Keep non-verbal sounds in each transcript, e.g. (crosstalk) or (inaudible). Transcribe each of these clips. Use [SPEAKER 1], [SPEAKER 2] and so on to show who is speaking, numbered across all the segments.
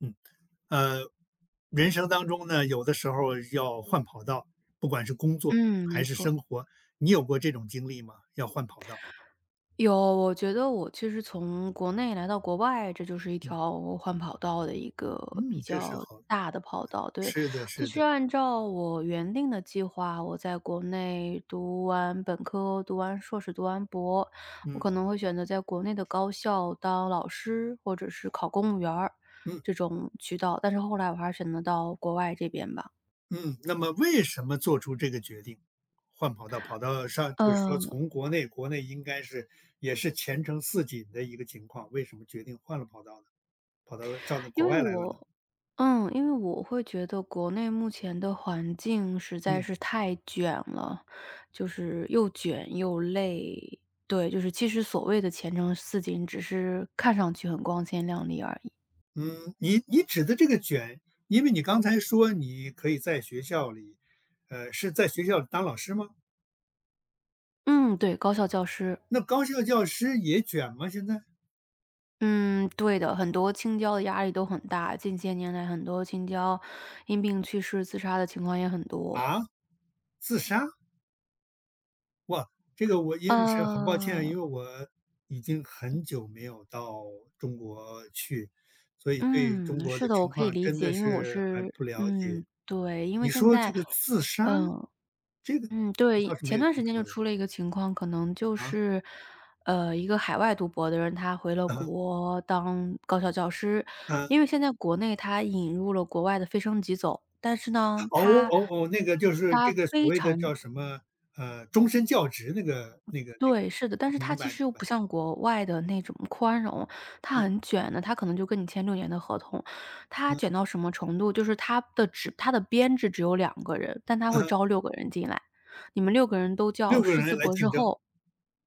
[SPEAKER 1] 嗯，呃，人生当中呢，有的时候要换跑道，不管是工作
[SPEAKER 2] 嗯，
[SPEAKER 1] 还
[SPEAKER 2] 没
[SPEAKER 1] 是生
[SPEAKER 2] 错。
[SPEAKER 1] 活，你有过这种经历吗？要换跑道。
[SPEAKER 2] 有，我觉得我其实从国内来到国外，这就是一
[SPEAKER 1] 嗯
[SPEAKER 2] 条换跑道的一个比
[SPEAKER 1] 嗯，这是
[SPEAKER 2] 较
[SPEAKER 1] 好，
[SPEAKER 2] 大的跑道。对，
[SPEAKER 1] 是的，
[SPEAKER 2] 其
[SPEAKER 1] 是
[SPEAKER 2] 实
[SPEAKER 1] 的，
[SPEAKER 2] 按照我原定的计划，我在国内读完本科、读完硕士、读完博，我
[SPEAKER 1] 嗯
[SPEAKER 2] 可能会选择在国内的高校当老师，或者是考公务员儿
[SPEAKER 1] 嗯
[SPEAKER 2] 这种渠道。但是后来我还是选择到国外这边吧。
[SPEAKER 1] 嗯。那么为什么做出这个决定，换跑道，跑到上，就是说
[SPEAKER 2] 嗯。
[SPEAKER 1] 从国内，国内应该是也是前程似锦的一个情况，为什么决定换了跑道呢？跑到上到
[SPEAKER 2] 因
[SPEAKER 1] 国
[SPEAKER 2] 为
[SPEAKER 1] 外来了呢？
[SPEAKER 2] 我因为我会觉得国内目前的环境实在
[SPEAKER 1] 嗯。
[SPEAKER 2] 是太卷了，就是又卷又累。对，就是其实所谓的前程似锦，只是看上去很光鲜亮丽而已。
[SPEAKER 1] 嗯，你指的这个卷，因为你刚才说你可以在学校里，是在学校里当老师吗？
[SPEAKER 2] 嗯，对，高校教师。
[SPEAKER 1] 那高校教师也卷吗？现在
[SPEAKER 2] 嗯，对的，很多青椒的压力都很大，近些年来很多青椒因病去世、自杀的情况也很多。
[SPEAKER 1] 啊，自杀？哇，这个我因为是很抱歉，
[SPEAKER 2] 呃，
[SPEAKER 1] 因为我已经很久没有到中国去，所以对中
[SPEAKER 2] 嗯，
[SPEAKER 1] 国
[SPEAKER 2] 是
[SPEAKER 1] 的
[SPEAKER 2] 的，我
[SPEAKER 1] 情
[SPEAKER 2] 可以
[SPEAKER 1] 况
[SPEAKER 2] 理
[SPEAKER 1] 真
[SPEAKER 2] 解，
[SPEAKER 1] 的
[SPEAKER 2] 因为我
[SPEAKER 1] 是还
[SPEAKER 2] 是
[SPEAKER 1] 不了解。
[SPEAKER 2] 嗯，对，因为
[SPEAKER 1] 你
[SPEAKER 2] 现
[SPEAKER 1] 说这
[SPEAKER 2] 在
[SPEAKER 1] 个自杀，
[SPEAKER 2] 嗯，
[SPEAKER 1] 这个
[SPEAKER 2] 嗯，
[SPEAKER 1] 我倒
[SPEAKER 2] 对，
[SPEAKER 1] 是没
[SPEAKER 2] 前
[SPEAKER 1] 有听
[SPEAKER 2] 段时间就
[SPEAKER 1] 说哎，
[SPEAKER 2] 出了一个情况，可能就
[SPEAKER 1] 啊
[SPEAKER 2] 是，一个海外读博的人，他回了
[SPEAKER 1] 啊
[SPEAKER 2] 国当高校教师，
[SPEAKER 1] 啊。
[SPEAKER 2] 因
[SPEAKER 1] (laughs)
[SPEAKER 2] 为现在国内他引入了国外的非升即走，但是呢，
[SPEAKER 1] 哦
[SPEAKER 2] 他
[SPEAKER 1] 哦哦，那个就是
[SPEAKER 2] 他
[SPEAKER 1] 这个所
[SPEAKER 2] 非
[SPEAKER 1] 谓的
[SPEAKER 2] 常
[SPEAKER 1] 叫什么，终身教职那个，
[SPEAKER 2] 对，是的，但
[SPEAKER 1] 哦
[SPEAKER 2] 是它
[SPEAKER 1] 明
[SPEAKER 2] 其
[SPEAKER 1] 白明
[SPEAKER 2] 实又
[SPEAKER 1] 白，
[SPEAKER 2] 不像国外的那种宽容，它
[SPEAKER 1] 嗯
[SPEAKER 2] 很卷的，它可能就跟你签6年的合同。它卷到什么程度，就是它的编制只有两个人，但它
[SPEAKER 1] 嗯
[SPEAKER 2] 会
[SPEAKER 1] 嗯
[SPEAKER 2] 招六个人进来，你们六个人都叫
[SPEAKER 1] 六个
[SPEAKER 2] 师资
[SPEAKER 1] 人来
[SPEAKER 2] 博士
[SPEAKER 1] 竞争，
[SPEAKER 2] 后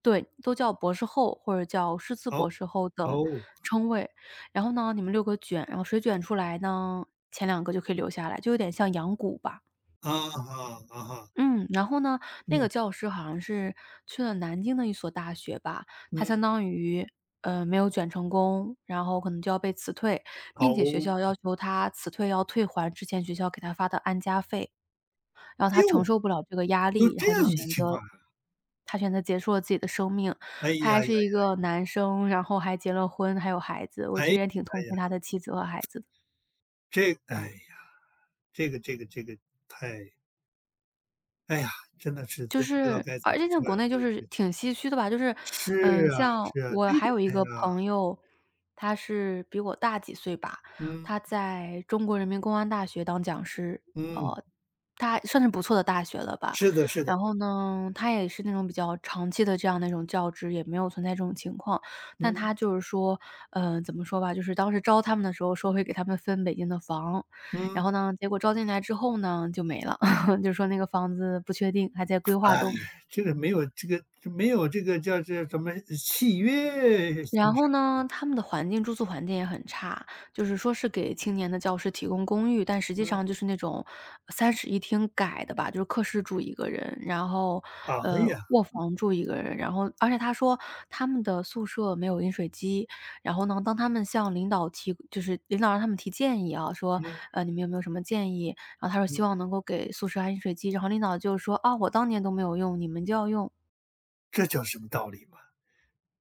[SPEAKER 2] 对，都叫博士后或者叫师资
[SPEAKER 1] 哦
[SPEAKER 2] 博士后等
[SPEAKER 1] 哦，
[SPEAKER 2] 称谓。然后呢，你们六个卷，然后谁卷出来呢，前两个就可以留下来，就有点像养蛊吧。
[SPEAKER 1] 啊哈啊哈，
[SPEAKER 2] 嗯，然后呢，那个
[SPEAKER 1] 嗯
[SPEAKER 2] 教师好像是去了南京的一所大学吧，他
[SPEAKER 1] 嗯，
[SPEAKER 2] 相当于，没有卷成功，然后可能就要被辞退，并且学
[SPEAKER 1] 哦，
[SPEAKER 2] 校要求他辞退要退还之前学校给他发的安家费，然后他承
[SPEAKER 1] 哟
[SPEAKER 2] 受不了这个压
[SPEAKER 1] 有
[SPEAKER 2] 力，然
[SPEAKER 1] 这
[SPEAKER 2] 后就
[SPEAKER 1] 样的
[SPEAKER 2] 选
[SPEAKER 1] 情况
[SPEAKER 2] 择
[SPEAKER 1] 啊，
[SPEAKER 2] 他选择结束了自己的生命。
[SPEAKER 1] 哎
[SPEAKER 2] 他
[SPEAKER 1] 呀
[SPEAKER 2] 还
[SPEAKER 1] 呀，
[SPEAKER 2] 是一个男生，然后还结了婚，还有孩子，我
[SPEAKER 1] 哎
[SPEAKER 2] 其实
[SPEAKER 1] 呀
[SPEAKER 2] 也挺同
[SPEAKER 1] 呀，
[SPEAKER 2] 情他的妻子和孩子的。
[SPEAKER 1] 这哎呀，这个太，哎呀，真的是
[SPEAKER 2] 就
[SPEAKER 1] 都不知道
[SPEAKER 2] 是，
[SPEAKER 1] 该怎么
[SPEAKER 2] 而且像
[SPEAKER 1] 说呀，
[SPEAKER 2] 国内就
[SPEAKER 1] 这个
[SPEAKER 2] 是
[SPEAKER 1] 是，
[SPEAKER 2] 挺唏嘘的吧，就是，
[SPEAKER 1] 是啊
[SPEAKER 2] 像
[SPEAKER 1] 是啊，
[SPEAKER 2] 我
[SPEAKER 1] 这
[SPEAKER 2] 还
[SPEAKER 1] 个，
[SPEAKER 2] 有一
[SPEAKER 1] 哎呀，
[SPEAKER 2] 个朋友，他是比我大几岁吧，
[SPEAKER 1] 嗯
[SPEAKER 2] 他在中国人民公安大学当讲师，
[SPEAKER 1] 嗯，
[SPEAKER 2] 呃，他算是不错的大学了吧。
[SPEAKER 1] 是的是的，
[SPEAKER 2] 然后呢，他也是那种比较长期的这样的一种教职，也没有存在这种情况。但他
[SPEAKER 1] 嗯
[SPEAKER 2] 就是说，怎么说吧，就是当时招他们的时候说会给他们分北京的房，
[SPEAKER 1] 嗯。
[SPEAKER 2] 然后呢，结果招进来之后呢，就没了。(laughs) 就说那个房子不确定，还在规划
[SPEAKER 1] 哎，
[SPEAKER 2] 中。
[SPEAKER 1] 这个没有这个没有这个叫这什么契约
[SPEAKER 2] 然
[SPEAKER 1] 精神，
[SPEAKER 2] 后呢，他们的环境住宿环境也很差，就是说是给青年的教师提供公寓，但实际
[SPEAKER 1] 嗯，
[SPEAKER 2] 上就是那种三室一厅改的吧，就是客室住一个人，然后
[SPEAKER 1] 哎呀，
[SPEAKER 2] 卧房住一个人，然后而且他说他们的宿舍没有饮水机，然后呢，当他们向领导提，就是领导让他们提建议啊，说
[SPEAKER 1] 嗯
[SPEAKER 2] 你们有没有什么建议？然后他说希
[SPEAKER 1] 嗯，
[SPEAKER 2] 望能够给宿舍安饮水机，然后领导就说啊我当年都没有用，你们就要用，
[SPEAKER 1] 这叫什么道理嘛？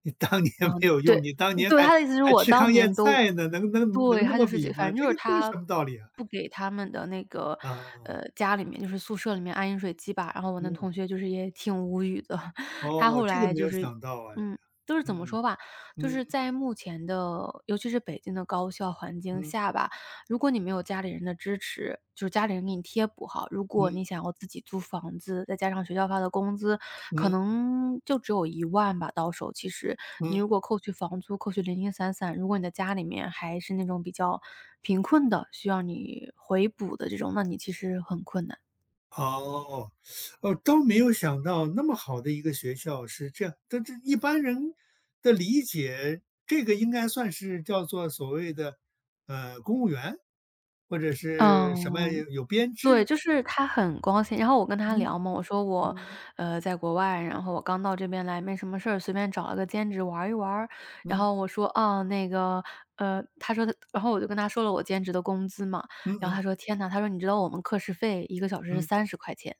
[SPEAKER 1] 你当年 (laughs) 没有
[SPEAKER 2] 对，
[SPEAKER 1] 用，你当年
[SPEAKER 2] 对，他的意思是
[SPEAKER 1] 还
[SPEAKER 2] 我
[SPEAKER 1] 吃
[SPEAKER 2] 当
[SPEAKER 1] 糠
[SPEAKER 2] 年
[SPEAKER 1] 咽
[SPEAKER 2] 都
[SPEAKER 1] 菜呢，能
[SPEAKER 2] 对，
[SPEAKER 1] 那
[SPEAKER 2] 他就
[SPEAKER 1] 么
[SPEAKER 2] 是
[SPEAKER 1] 比
[SPEAKER 2] 这反
[SPEAKER 1] 吗？
[SPEAKER 2] 正就
[SPEAKER 1] 这个
[SPEAKER 2] 是
[SPEAKER 1] 这个
[SPEAKER 2] 他
[SPEAKER 1] 什么道理啊？
[SPEAKER 2] 不给他们的那个，
[SPEAKER 1] 啊，
[SPEAKER 2] 家里面就是宿舍里面安饮水机吧，然后我那
[SPEAKER 1] 嗯，
[SPEAKER 2] 同学就是也挺无语的。(laughs) 他
[SPEAKER 1] 哦，
[SPEAKER 2] 后
[SPEAKER 1] 这个
[SPEAKER 2] 来
[SPEAKER 1] 没
[SPEAKER 2] 就
[SPEAKER 1] 有
[SPEAKER 2] 是
[SPEAKER 1] 想到哎，
[SPEAKER 2] 嗯，就是怎么
[SPEAKER 1] 嗯
[SPEAKER 2] 说吧，就
[SPEAKER 1] 嗯嗯
[SPEAKER 2] 是在目前的尤其是北京的高校环境
[SPEAKER 1] 嗯
[SPEAKER 2] 下吧，如果你没有家里人的支持，就是家里人给你贴补哈，如果
[SPEAKER 1] 嗯
[SPEAKER 2] 你想要自己租房子，再加上学校发的工资，可
[SPEAKER 1] 嗯
[SPEAKER 2] 能就只有一万吧，到手其实。你
[SPEAKER 1] 嗯。
[SPEAKER 2] 如果扣去房租，扣去零零散散，如果你的家里面还是那种比较贫困的，需要你回补的这种，那你其实很困难。
[SPEAKER 1] 哦，哦，都没有想到那么好的一个学校是这样，但这一般人的理解，这个应该算是叫做所谓的，公务员，或者是什么
[SPEAKER 2] 嗯。
[SPEAKER 1] 有编
[SPEAKER 2] 对，
[SPEAKER 1] 制，
[SPEAKER 2] 就是他很光鲜。然后我跟他
[SPEAKER 1] 嗯
[SPEAKER 2] 聊嘛，我说我，
[SPEAKER 1] 嗯
[SPEAKER 2] 在国外，然后我刚到这边来，没什么事儿，随便找了个兼职玩儿一玩儿。然
[SPEAKER 1] 嗯
[SPEAKER 2] 后我说，啊，那个，呃，他说他然后我就跟他说了我兼职的工资嘛。
[SPEAKER 1] 嗯
[SPEAKER 2] 然后
[SPEAKER 1] 嗯
[SPEAKER 2] 他说，天呐，他说你知道我们课时费一个小时是
[SPEAKER 1] 嗯
[SPEAKER 2] 三十块钱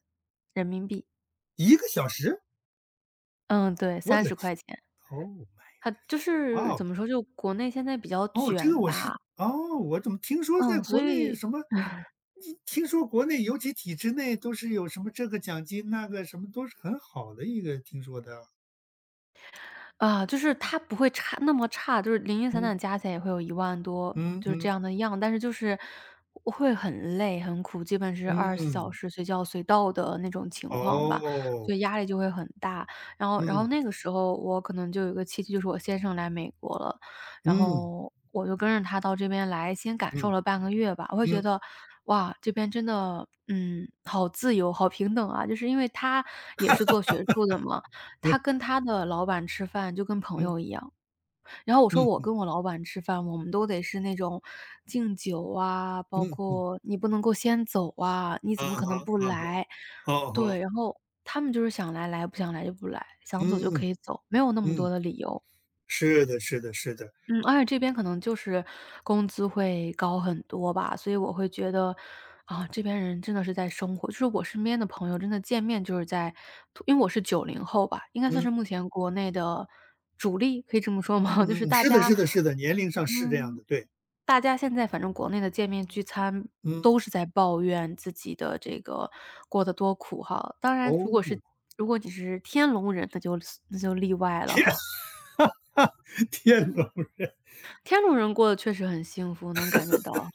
[SPEAKER 2] 人民币。
[SPEAKER 1] 一个小时？
[SPEAKER 2] 嗯，对
[SPEAKER 1] 我
[SPEAKER 2] 三
[SPEAKER 1] 的
[SPEAKER 2] 十
[SPEAKER 1] 天
[SPEAKER 2] 块钱。
[SPEAKER 1] ，Oh my
[SPEAKER 2] 他就
[SPEAKER 1] g
[SPEAKER 2] 是
[SPEAKER 1] o
[SPEAKER 2] 怎
[SPEAKER 1] d
[SPEAKER 2] 么说，就国内现在比较
[SPEAKER 1] 哦，这个
[SPEAKER 2] 卷
[SPEAKER 1] 我是
[SPEAKER 2] 吧，
[SPEAKER 1] 哦，我怎么听说在
[SPEAKER 2] 嗯，所
[SPEAKER 1] 国内
[SPEAKER 2] 以
[SPEAKER 1] 什么一听说国内尤其体制内都是有什么这个奖金，那个什么都是很好的一个听说的。
[SPEAKER 2] 啊，就是他不会差那么差，就是零零散
[SPEAKER 1] 嗯，
[SPEAKER 2] 散加起来也会有1万多，
[SPEAKER 1] 嗯
[SPEAKER 2] 就是这
[SPEAKER 1] 嗯，
[SPEAKER 2] 样的样，但是就是会很累、很苦，基本是二十四小
[SPEAKER 1] 嗯，
[SPEAKER 2] 时随叫随到的那种情况吧，
[SPEAKER 1] 哦，
[SPEAKER 2] 所以压力就会很大。然后
[SPEAKER 1] 嗯，
[SPEAKER 2] 那个时候我可能就有一个契机，就是我先生来美国了，然
[SPEAKER 1] 嗯，
[SPEAKER 2] 后我就跟着他到这边来，先感受
[SPEAKER 1] 嗯，
[SPEAKER 2] 了半个月吧。我会觉
[SPEAKER 1] 嗯，
[SPEAKER 2] 得，哇，这边真的，好自由、好平等啊，就是因为他也是做学术的嘛。
[SPEAKER 1] 嗯，
[SPEAKER 2] 他跟他的老板吃饭就跟朋
[SPEAKER 1] 嗯，
[SPEAKER 2] 友一样，然后我说我
[SPEAKER 1] 嗯，
[SPEAKER 2] 跟我老板吃饭，我们都得是那种敬酒啊，包
[SPEAKER 1] 嗯
[SPEAKER 2] 括你不能够先走啊，你怎
[SPEAKER 1] 啊
[SPEAKER 2] 么可
[SPEAKER 1] 哈，
[SPEAKER 2] 能不
[SPEAKER 1] 啊哈，
[SPEAKER 2] 来？
[SPEAKER 1] 哦，哈，
[SPEAKER 2] 对，然后他们就是想来来，不想来就不来，想走就
[SPEAKER 1] 嗯，
[SPEAKER 2] 可以走，没有那么
[SPEAKER 1] 嗯，
[SPEAKER 2] 多的理由。
[SPEAKER 1] 是的，是的，是的，
[SPEAKER 2] 嗯，而且这边可能就是工资会高很多吧，所以我会觉得，啊，这边人真的是在生活就是我身边的朋友真的见面就是在因为我是90后吧，应该算
[SPEAKER 1] 嗯，
[SPEAKER 2] 是目前国内的主力，可以这么说吗？(laughs) 就是
[SPEAKER 1] 嗯，是的，是的，是的，年龄上是这样
[SPEAKER 2] 嗯，
[SPEAKER 1] 的，对，
[SPEAKER 2] 大家现在反正国内的见面聚餐
[SPEAKER 1] 嗯，
[SPEAKER 2] 都是在抱怨自己的这个过得多苦哈。当然
[SPEAKER 1] 哦，
[SPEAKER 2] 如果你是天龙人，那就例外了哈。
[SPEAKER 1] (laughs) 天呐，
[SPEAKER 2] (laughs) 天龙人过得确实很幸福，能感觉到。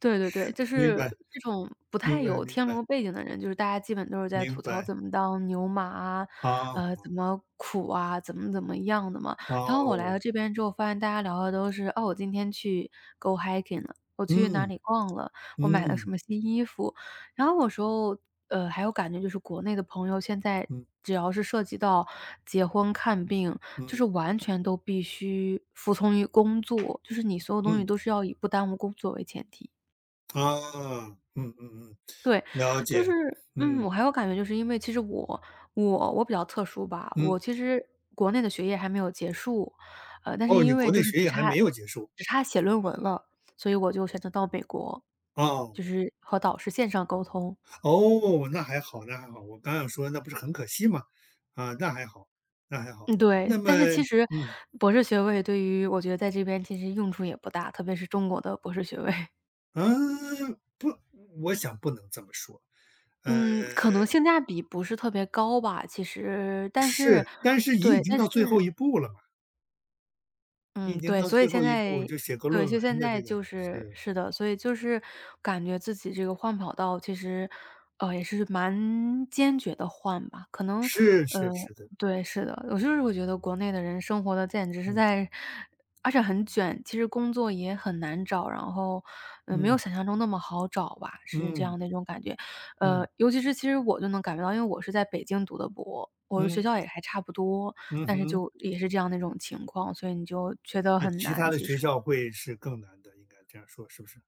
[SPEAKER 2] 对对对，就
[SPEAKER 1] 明
[SPEAKER 2] 是
[SPEAKER 1] 白，
[SPEAKER 2] 这种不太
[SPEAKER 1] 明白，
[SPEAKER 2] 有
[SPEAKER 1] 明
[SPEAKER 2] 天
[SPEAKER 1] 白。
[SPEAKER 2] 龙背景的人，就是大家基本都是在
[SPEAKER 1] 明
[SPEAKER 2] 吐槽
[SPEAKER 1] 白，
[SPEAKER 2] 怎么当牛马啊，
[SPEAKER 1] 好，
[SPEAKER 2] 怎么苦啊，怎么怎么样的嘛。然后我来到
[SPEAKER 1] 哦，
[SPEAKER 2] 这边之后，发现大家聊的都是哦，我今天去 go hiking 了，我去哪
[SPEAKER 1] 嗯，
[SPEAKER 2] 里逛了，我买了什
[SPEAKER 1] 嗯，
[SPEAKER 2] 么新衣服。然后有时候，还有感觉就是国内的朋友现在
[SPEAKER 1] 嗯，
[SPEAKER 2] 只要是涉及到结婚、看病，就
[SPEAKER 1] 嗯，
[SPEAKER 2] 是完全都必须服从于工作，就是你所有东西
[SPEAKER 1] 嗯，
[SPEAKER 2] 都是要以不耽误工作为前提。
[SPEAKER 1] 啊，嗯嗯嗯，
[SPEAKER 2] 对，
[SPEAKER 1] 了
[SPEAKER 2] 就
[SPEAKER 1] 解，
[SPEAKER 2] 是
[SPEAKER 1] 嗯，
[SPEAKER 2] 我还有感觉就是因为其实我比较特殊吧，我
[SPEAKER 1] 嗯，
[SPEAKER 2] 其实国内的学业还没有结束，但是
[SPEAKER 1] 哦，你
[SPEAKER 2] 因为
[SPEAKER 1] 国
[SPEAKER 2] 就
[SPEAKER 1] 内
[SPEAKER 2] 是
[SPEAKER 1] 学
[SPEAKER 2] 只
[SPEAKER 1] 业还
[SPEAKER 2] 差
[SPEAKER 1] 没有结束，
[SPEAKER 2] 只差写论文了，所以我就选择到美国，
[SPEAKER 1] 哦，
[SPEAKER 2] 就是和导师线上沟通。
[SPEAKER 1] 哦，那还好，那还好，我刚想说那不是很可惜吗？啊，那还好，那还好，
[SPEAKER 2] 嗯，对，
[SPEAKER 1] 那么，
[SPEAKER 2] 但是其实
[SPEAKER 1] 嗯，
[SPEAKER 2] 博士学位对于我觉得在这边其实用处也不大，特别是中国的博士学位。
[SPEAKER 1] 啊，不，我想不能这么说，呃，
[SPEAKER 2] 嗯，可能性价比不是特别高吧，其实，但是
[SPEAKER 1] 是，但是你已
[SPEAKER 2] 对，
[SPEAKER 1] 经
[SPEAKER 2] 但是
[SPEAKER 1] 到最后一步了嘛，你
[SPEAKER 2] 嗯，
[SPEAKER 1] 已经
[SPEAKER 2] 对，
[SPEAKER 1] 到
[SPEAKER 2] 所以
[SPEAKER 1] 最
[SPEAKER 2] 现
[SPEAKER 1] 后一步，
[SPEAKER 2] 在
[SPEAKER 1] 就写个
[SPEAKER 2] 对，
[SPEAKER 1] 论
[SPEAKER 2] 就
[SPEAKER 1] 文
[SPEAKER 2] 现
[SPEAKER 1] 的
[SPEAKER 2] 在
[SPEAKER 1] 这个，
[SPEAKER 2] 就是
[SPEAKER 1] 是，
[SPEAKER 2] 是的，所以就是感觉自己这个换跑道其实，也是蛮坚决的换吧，可能
[SPEAKER 1] 是
[SPEAKER 2] 呃，
[SPEAKER 1] 是是的。
[SPEAKER 2] 对，是的，我就是我觉得国内的人生活的简直是
[SPEAKER 1] 嗯
[SPEAKER 2] 在而且很卷，其实工作也很难找，然后，没有
[SPEAKER 1] 嗯
[SPEAKER 2] 想象中那么好找吧，是这
[SPEAKER 1] 嗯
[SPEAKER 2] 样的一种感觉。
[SPEAKER 1] 嗯
[SPEAKER 2] 尤其是其实我就能感觉到，因为我是在北京读的博，我的学
[SPEAKER 1] 嗯
[SPEAKER 2] 校也还差不多。
[SPEAKER 1] 嗯
[SPEAKER 2] 但是
[SPEAKER 1] 哼，
[SPEAKER 2] 就也是这样的一种情况，所以你就觉得
[SPEAKER 1] 那
[SPEAKER 2] 很
[SPEAKER 1] 其
[SPEAKER 2] 难，
[SPEAKER 1] 他的
[SPEAKER 2] 其
[SPEAKER 1] 学
[SPEAKER 2] 实。
[SPEAKER 1] 校会是更难的，应该这样说，是不是？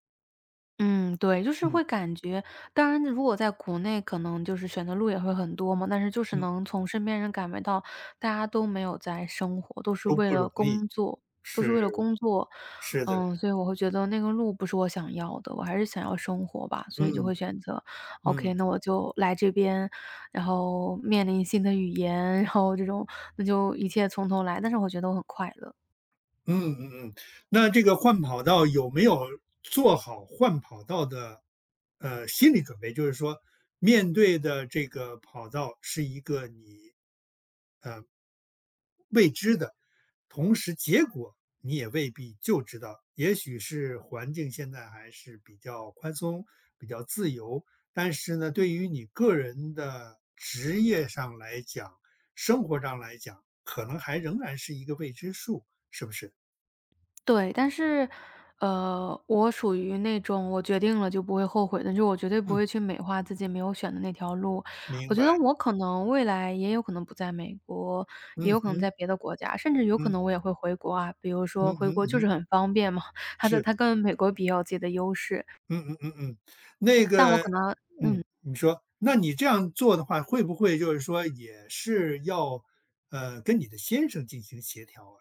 [SPEAKER 2] 嗯，对，就是
[SPEAKER 1] 嗯
[SPEAKER 2] 会感觉当然如果在国内可能就是选择路也会很多嘛，但是就是
[SPEAKER 1] 嗯，
[SPEAKER 2] 能从身边人感觉到，大家都没有在生活，都是
[SPEAKER 1] 都
[SPEAKER 2] 为
[SPEAKER 1] 不
[SPEAKER 2] 了
[SPEAKER 1] 容易，
[SPEAKER 2] 工作都是
[SPEAKER 1] 是
[SPEAKER 2] 为了工作。
[SPEAKER 1] 是的，
[SPEAKER 2] 嗯，所以我会觉得那个路不是我想要的，我还是想要生活吧，所以就
[SPEAKER 1] 嗯
[SPEAKER 2] 会选择
[SPEAKER 1] 嗯
[SPEAKER 2] ，OK，那我就来这边，然后面临新的语言，然后这种那就一切从头来，但是我觉得我很快乐。
[SPEAKER 1] 嗯嗯嗯。那这个换跑道有没有做好换跑道的心理准备？就是说，面对的这个跑道是一个你同时结果你也未必就知道，也许是环境现在还是比较宽松、比较自由，但是呢，对于你个人的职业上来讲，生活上来讲，可能还仍然是一个未知数，是不是？
[SPEAKER 2] 对，但是，我属于那种我决定了就不会后悔的，就是我绝对不
[SPEAKER 1] 嗯，
[SPEAKER 2] 会去美化自己没有选的那条路。我
[SPEAKER 1] 明
[SPEAKER 2] 觉
[SPEAKER 1] 白。
[SPEAKER 2] 得我可能未来也有可能不在美国，也
[SPEAKER 1] 嗯
[SPEAKER 2] 有可能在
[SPEAKER 1] 嗯
[SPEAKER 2] 别的国家，甚至有可
[SPEAKER 1] 嗯
[SPEAKER 2] 能我也会回国啊。比如说
[SPEAKER 1] 嗯
[SPEAKER 2] 回
[SPEAKER 1] 嗯
[SPEAKER 2] 国就是
[SPEAKER 1] 嗯
[SPEAKER 2] 很方便嘛，它的
[SPEAKER 1] 是，
[SPEAKER 2] 它跟美国比也有自己的优势，
[SPEAKER 1] 嗯嗯嗯嗯，那
[SPEAKER 2] 但我
[SPEAKER 1] 个，
[SPEAKER 2] 可能
[SPEAKER 1] 嗯，你说，那你这样做的话，会不会就是说也是要，跟你的先生进行协调啊？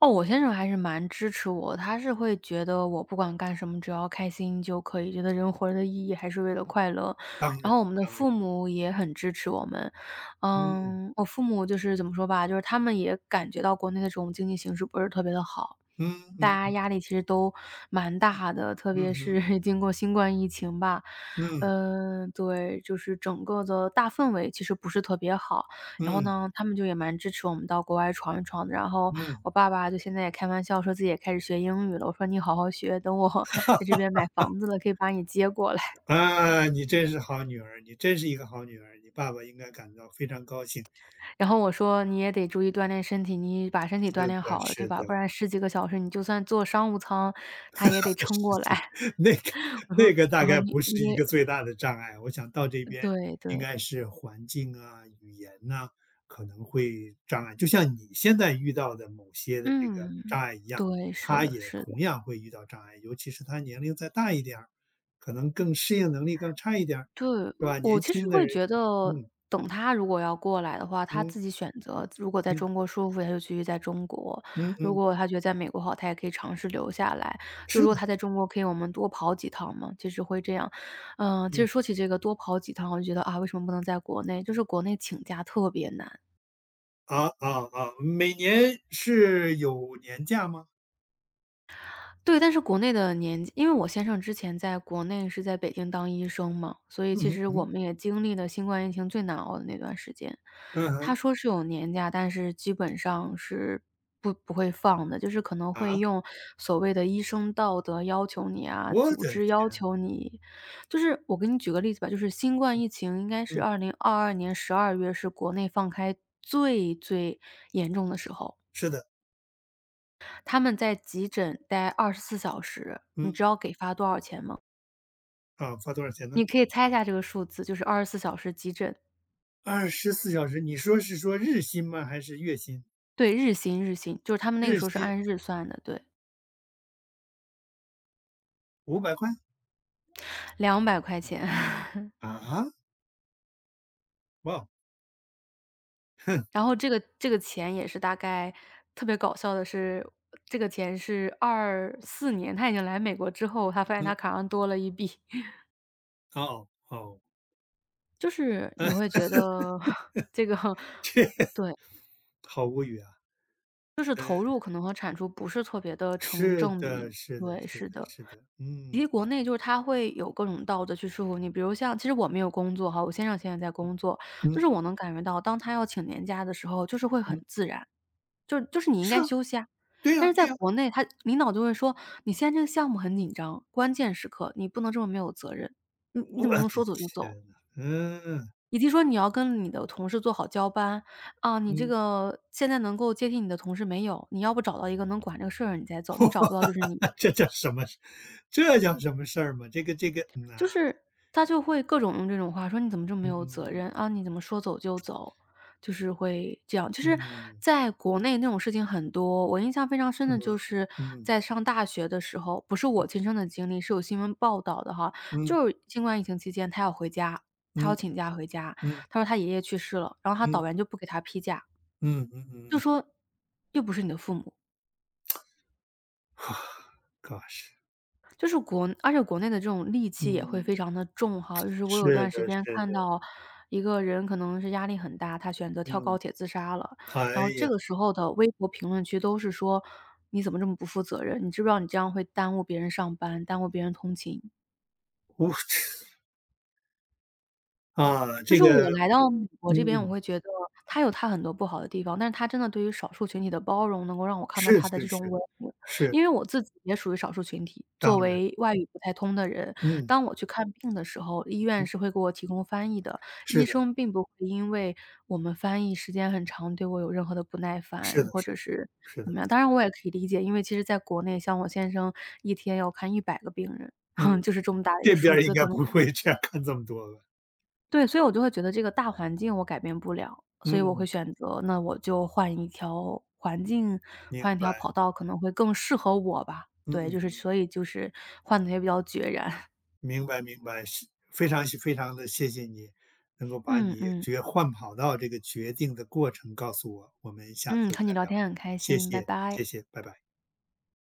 [SPEAKER 2] 哦，我先生还是蛮支持我，他是会觉得我不管干什么，只要开心就可以，觉得人活着的意义还是为了快乐。
[SPEAKER 1] 当
[SPEAKER 2] 然
[SPEAKER 1] 然
[SPEAKER 2] 后我们的
[SPEAKER 1] 当然，
[SPEAKER 2] 父母也很支持我们，
[SPEAKER 1] 嗯，
[SPEAKER 2] 嗯，我父母就是怎么说吧，就是他们也感觉到国内的这种经济形势不是特别的好，
[SPEAKER 1] 嗯
[SPEAKER 2] 大
[SPEAKER 1] 嗯
[SPEAKER 2] 家
[SPEAKER 1] 嗯，
[SPEAKER 2] 压力其实都蛮大的，特
[SPEAKER 1] 嗯
[SPEAKER 2] 别
[SPEAKER 1] 哼，
[SPEAKER 2] 是 (laughs) 经过新冠疫情吧，
[SPEAKER 1] 嗯
[SPEAKER 2] 嗯，对，就是整个的大氛围其实不是特别好。然后
[SPEAKER 1] 嗯
[SPEAKER 2] 呢，他们就也蛮支持我们到国外闯一闯的。然后
[SPEAKER 1] 嗯，
[SPEAKER 2] 我爸爸就现在也开玩笑说自己也开始学英语了，我说你好好学，等我 (laughs) 在这边买房子了，可以把你接过来。
[SPEAKER 1] 啊，你真是好女儿，你真是一个好女儿，你爸爸应该感到非常高兴。
[SPEAKER 2] (laughs) 然后我说你也得注意锻炼身体，你把身体锻
[SPEAKER 1] 是
[SPEAKER 2] 炼
[SPEAKER 1] 的
[SPEAKER 2] 好了，对
[SPEAKER 1] 是
[SPEAKER 2] 吧？不
[SPEAKER 1] 的。
[SPEAKER 2] 然十几个小时你就算坐商务舱，他也得
[SPEAKER 1] 的
[SPEAKER 2] 撑
[SPEAKER 1] 事
[SPEAKER 2] 过
[SPEAKER 1] 情，
[SPEAKER 2] 来。
[SPEAKER 1] 那个
[SPEAKER 2] (laughs) 我说
[SPEAKER 1] 那个大
[SPEAKER 2] 我说
[SPEAKER 1] 概
[SPEAKER 2] 你
[SPEAKER 1] 不
[SPEAKER 2] 你
[SPEAKER 1] 是一个
[SPEAKER 2] 得
[SPEAKER 1] 最大的障碍。我想到这边
[SPEAKER 2] 对
[SPEAKER 1] 应
[SPEAKER 2] 对。
[SPEAKER 1] 该是环境啊、语言呐，可能会障碍。就像你现在遇到的某些的这个
[SPEAKER 2] 嗯，
[SPEAKER 1] 障碍一样，
[SPEAKER 2] 对，是
[SPEAKER 1] 他
[SPEAKER 2] 的，
[SPEAKER 1] 也
[SPEAKER 2] 是的。
[SPEAKER 1] 同样会遇到障碍，尤其是他年龄再大一点儿，可能更适应能力更差一点儿，
[SPEAKER 2] 对，
[SPEAKER 1] 是吧？
[SPEAKER 2] 我
[SPEAKER 1] 年
[SPEAKER 2] 其实
[SPEAKER 1] 轻的
[SPEAKER 2] 会
[SPEAKER 1] 人，
[SPEAKER 2] 觉得，
[SPEAKER 1] 嗯
[SPEAKER 2] 等他如果要过来的话，他
[SPEAKER 1] 嗯
[SPEAKER 2] 自己选择，如果在
[SPEAKER 1] 嗯
[SPEAKER 2] 中国舒服，他就继续在中国；
[SPEAKER 1] 嗯
[SPEAKER 2] 如
[SPEAKER 1] 嗯，
[SPEAKER 2] 果他觉得在美国好，他也可以尝试留下来。就如
[SPEAKER 1] 是的，
[SPEAKER 2] 果他在中国可以我们多跑几趟嘛，其实会这样。嗯，其实
[SPEAKER 1] 嗯。
[SPEAKER 2] 说起这个多跑几趟，我就觉得啊，为什么不能在国内？就是国内请假特别难。
[SPEAKER 1] 啊啊啊！每年是有年假吗？
[SPEAKER 2] 对，但是国内的年纪因为我先生之前在国内是在北京当医生嘛，所以
[SPEAKER 1] 嗯
[SPEAKER 2] 其实
[SPEAKER 1] 哼，
[SPEAKER 2] 我们也经历了新冠疫情最难熬的那段时间。
[SPEAKER 1] 嗯
[SPEAKER 2] 他
[SPEAKER 1] 哼，
[SPEAKER 2] 说是有年假，但是基本上是不会放的，就是可能会
[SPEAKER 1] 啊。
[SPEAKER 2] 用所谓的医生道德要求你啊，
[SPEAKER 1] 我
[SPEAKER 2] 组
[SPEAKER 1] 的
[SPEAKER 2] 织要
[SPEAKER 1] 天，
[SPEAKER 2] 求你。就是我给你举个例子吧，就是新冠疫情应该是
[SPEAKER 1] 嗯，
[SPEAKER 2] 2022年12月是国内放开最严重的时候。
[SPEAKER 1] 是的，
[SPEAKER 2] 他们在急诊待二十四小时，你
[SPEAKER 1] 嗯，
[SPEAKER 2] 知道给发多少钱吗？
[SPEAKER 1] 啊，发多少钱呢
[SPEAKER 2] 你可以猜一下这个数字，就是二十四小时急诊。
[SPEAKER 1] 24小时，你说是说日薪吗？还是月薪？
[SPEAKER 2] 对，日薪，就是他们那个
[SPEAKER 1] 日
[SPEAKER 2] 时候是
[SPEAKER 1] 薪
[SPEAKER 2] 按日算的，对
[SPEAKER 1] 500块？
[SPEAKER 2] 200块钱。(laughs)
[SPEAKER 1] 啊？哇哦，哼，
[SPEAKER 2] 然后这个钱也是大概特别搞笑的是，这个钱是24年他已经来美国之后，他发现他
[SPEAKER 1] 嗯，
[SPEAKER 2] 卡上多了一笔。(laughs)
[SPEAKER 1] 哦，哦，
[SPEAKER 2] 就是你会觉得 (laughs) 这个
[SPEAKER 1] 这 (laughs)
[SPEAKER 2] 对，
[SPEAKER 1] 好无语啊。
[SPEAKER 2] 就是
[SPEAKER 1] 呃，
[SPEAKER 2] 投入可能和产出不是特别的成
[SPEAKER 1] 是
[SPEAKER 2] 正
[SPEAKER 1] 的，
[SPEAKER 2] 比，
[SPEAKER 1] 是的，
[SPEAKER 2] 对，
[SPEAKER 1] 是
[SPEAKER 2] 是
[SPEAKER 1] 的，
[SPEAKER 2] 的。
[SPEAKER 1] 是的，
[SPEAKER 2] 以
[SPEAKER 1] 嗯，
[SPEAKER 2] 及国内就是他会有各种道德去束缚你，比如像其实我没有工作哈，我先生现在在工作，就是
[SPEAKER 1] 嗯，
[SPEAKER 2] 我能感觉到，当他要请年假的时候，就是会很
[SPEAKER 1] 嗯，
[SPEAKER 2] 自然，就是你应
[SPEAKER 1] 是
[SPEAKER 2] 该
[SPEAKER 1] 啊，
[SPEAKER 2] 休息啊。
[SPEAKER 1] 对
[SPEAKER 2] 但
[SPEAKER 1] 呀，
[SPEAKER 2] 是在
[SPEAKER 1] 对呀，
[SPEAKER 2] 国内，他领导就会说：“你现在这个项目很紧张，关键时刻你不能这么没有责任，你
[SPEAKER 1] 我
[SPEAKER 2] 怎么
[SPEAKER 1] 的
[SPEAKER 2] 能说走就
[SPEAKER 1] 天
[SPEAKER 2] 走？
[SPEAKER 1] 呐，嗯，
[SPEAKER 2] 以及说你要跟你的同事做好交班啊，你这
[SPEAKER 1] 嗯，
[SPEAKER 2] 个现在能够接替你的同事没有，你要不找到一个能管这个事儿的人你再走，你找不到就是你
[SPEAKER 1] (laughs) 这叫什么事这叫什么事儿嘛，这个，嗯呐，
[SPEAKER 2] 就是他就会各种用这种话说：“你怎么这么没有责
[SPEAKER 1] 嗯，
[SPEAKER 2] 任啊？你怎么说走就走？”就是会这样。就是
[SPEAKER 1] 嗯，嗯
[SPEAKER 2] 在国内那种事情很多，我印象非常深
[SPEAKER 1] 什
[SPEAKER 2] 的就
[SPEAKER 1] 么？
[SPEAKER 2] 是
[SPEAKER 1] 嗯，
[SPEAKER 2] 在上大学的时候，不是我亲身的经历，是有新闻报道的哈。
[SPEAKER 1] 嗯，
[SPEAKER 2] 就是新冠疫情期间，他要回家，他要
[SPEAKER 1] 嗯。
[SPEAKER 2] 请假回家，
[SPEAKER 1] 嗯
[SPEAKER 2] 他说他爷爷去世了，然后他导
[SPEAKER 1] 嗯
[SPEAKER 2] 员就不给他批假，
[SPEAKER 1] 嗯嗯
[SPEAKER 2] 就
[SPEAKER 1] 嗯
[SPEAKER 2] 说：“又不是你的父母。”
[SPEAKER 1] 啊，Gosh。
[SPEAKER 2] 就是国而且国内的这种戾气也会
[SPEAKER 1] 嗯，
[SPEAKER 2] 非常的重哈，就是我
[SPEAKER 1] 是
[SPEAKER 2] 有段
[SPEAKER 1] 的
[SPEAKER 2] 时间
[SPEAKER 1] 是的，
[SPEAKER 2] 看到一个人可能是压力很大，他选择跳高
[SPEAKER 1] 嗯，
[SPEAKER 2] 铁自杀了，
[SPEAKER 1] 哎
[SPEAKER 2] 然后这
[SPEAKER 1] 呀，
[SPEAKER 2] 个时候的微博评论区都是说：“你怎么这么不负责任？你知不知道你这样会耽误别人上班，耽误别人通勤？”
[SPEAKER 1] 我啊，
[SPEAKER 2] 就
[SPEAKER 1] 这
[SPEAKER 2] 是
[SPEAKER 1] 个，
[SPEAKER 2] 我来到美国这边，我
[SPEAKER 1] 嗯，
[SPEAKER 2] 会觉得他有他很多不好的地方，但是他真的对于少数群体的包容，能够让我看到
[SPEAKER 1] 是
[SPEAKER 2] 他的
[SPEAKER 1] 是
[SPEAKER 2] 这种
[SPEAKER 1] 是，
[SPEAKER 2] 稳定。
[SPEAKER 1] 是，
[SPEAKER 2] 因为我自己也属于少数群体，
[SPEAKER 1] 当
[SPEAKER 2] 作
[SPEAKER 1] 然，
[SPEAKER 2] 为外语不太通的人，
[SPEAKER 1] 嗯
[SPEAKER 2] 当我去看病的时候，医院
[SPEAKER 1] 嗯，
[SPEAKER 2] 是会给我提供翻译的，
[SPEAKER 1] 是
[SPEAKER 2] 医
[SPEAKER 1] 的
[SPEAKER 2] 生并不会因为我们翻译时间很长，对我有任何的不耐
[SPEAKER 1] 是
[SPEAKER 2] 烦
[SPEAKER 1] 的
[SPEAKER 2] 或
[SPEAKER 1] 是
[SPEAKER 2] 者
[SPEAKER 1] 的
[SPEAKER 2] 是
[SPEAKER 1] 是
[SPEAKER 2] 怎
[SPEAKER 1] 的，
[SPEAKER 2] 么样。当然我也可以理解，因为其实在国内，像我先生一天要看100个病人，
[SPEAKER 1] 嗯，
[SPEAKER 2] (laughs) 就是这么大的一
[SPEAKER 1] 这
[SPEAKER 2] 个
[SPEAKER 1] 边
[SPEAKER 2] 数
[SPEAKER 1] 儿应
[SPEAKER 2] 字，
[SPEAKER 1] 该
[SPEAKER 2] 可能
[SPEAKER 1] 不会这样看这么多吧，
[SPEAKER 2] 对，所以我就会觉得这个大环境我改变不了，所以我会
[SPEAKER 1] 嗯，
[SPEAKER 2] 选择，那我就换一条环境，
[SPEAKER 1] 明
[SPEAKER 2] 换一
[SPEAKER 1] 白，
[SPEAKER 2] 条跑道可能会更适合我吧。对，就是
[SPEAKER 1] 嗯。
[SPEAKER 2] 所以就是换的也比较决然。(laughs)
[SPEAKER 1] 明白明白，是非常非常的谢谢你，能够把
[SPEAKER 2] 嗯
[SPEAKER 1] 你
[SPEAKER 2] 嗯，
[SPEAKER 1] 决换跑道这个决定的过程告诉我，我们下
[SPEAKER 2] 嗯，
[SPEAKER 1] 次
[SPEAKER 2] 和你
[SPEAKER 1] 再
[SPEAKER 2] 聊
[SPEAKER 1] 聊，
[SPEAKER 2] 天很开
[SPEAKER 1] 谢
[SPEAKER 2] 心，拜
[SPEAKER 1] 谢
[SPEAKER 2] 拜。
[SPEAKER 1] 谢谢，拜拜。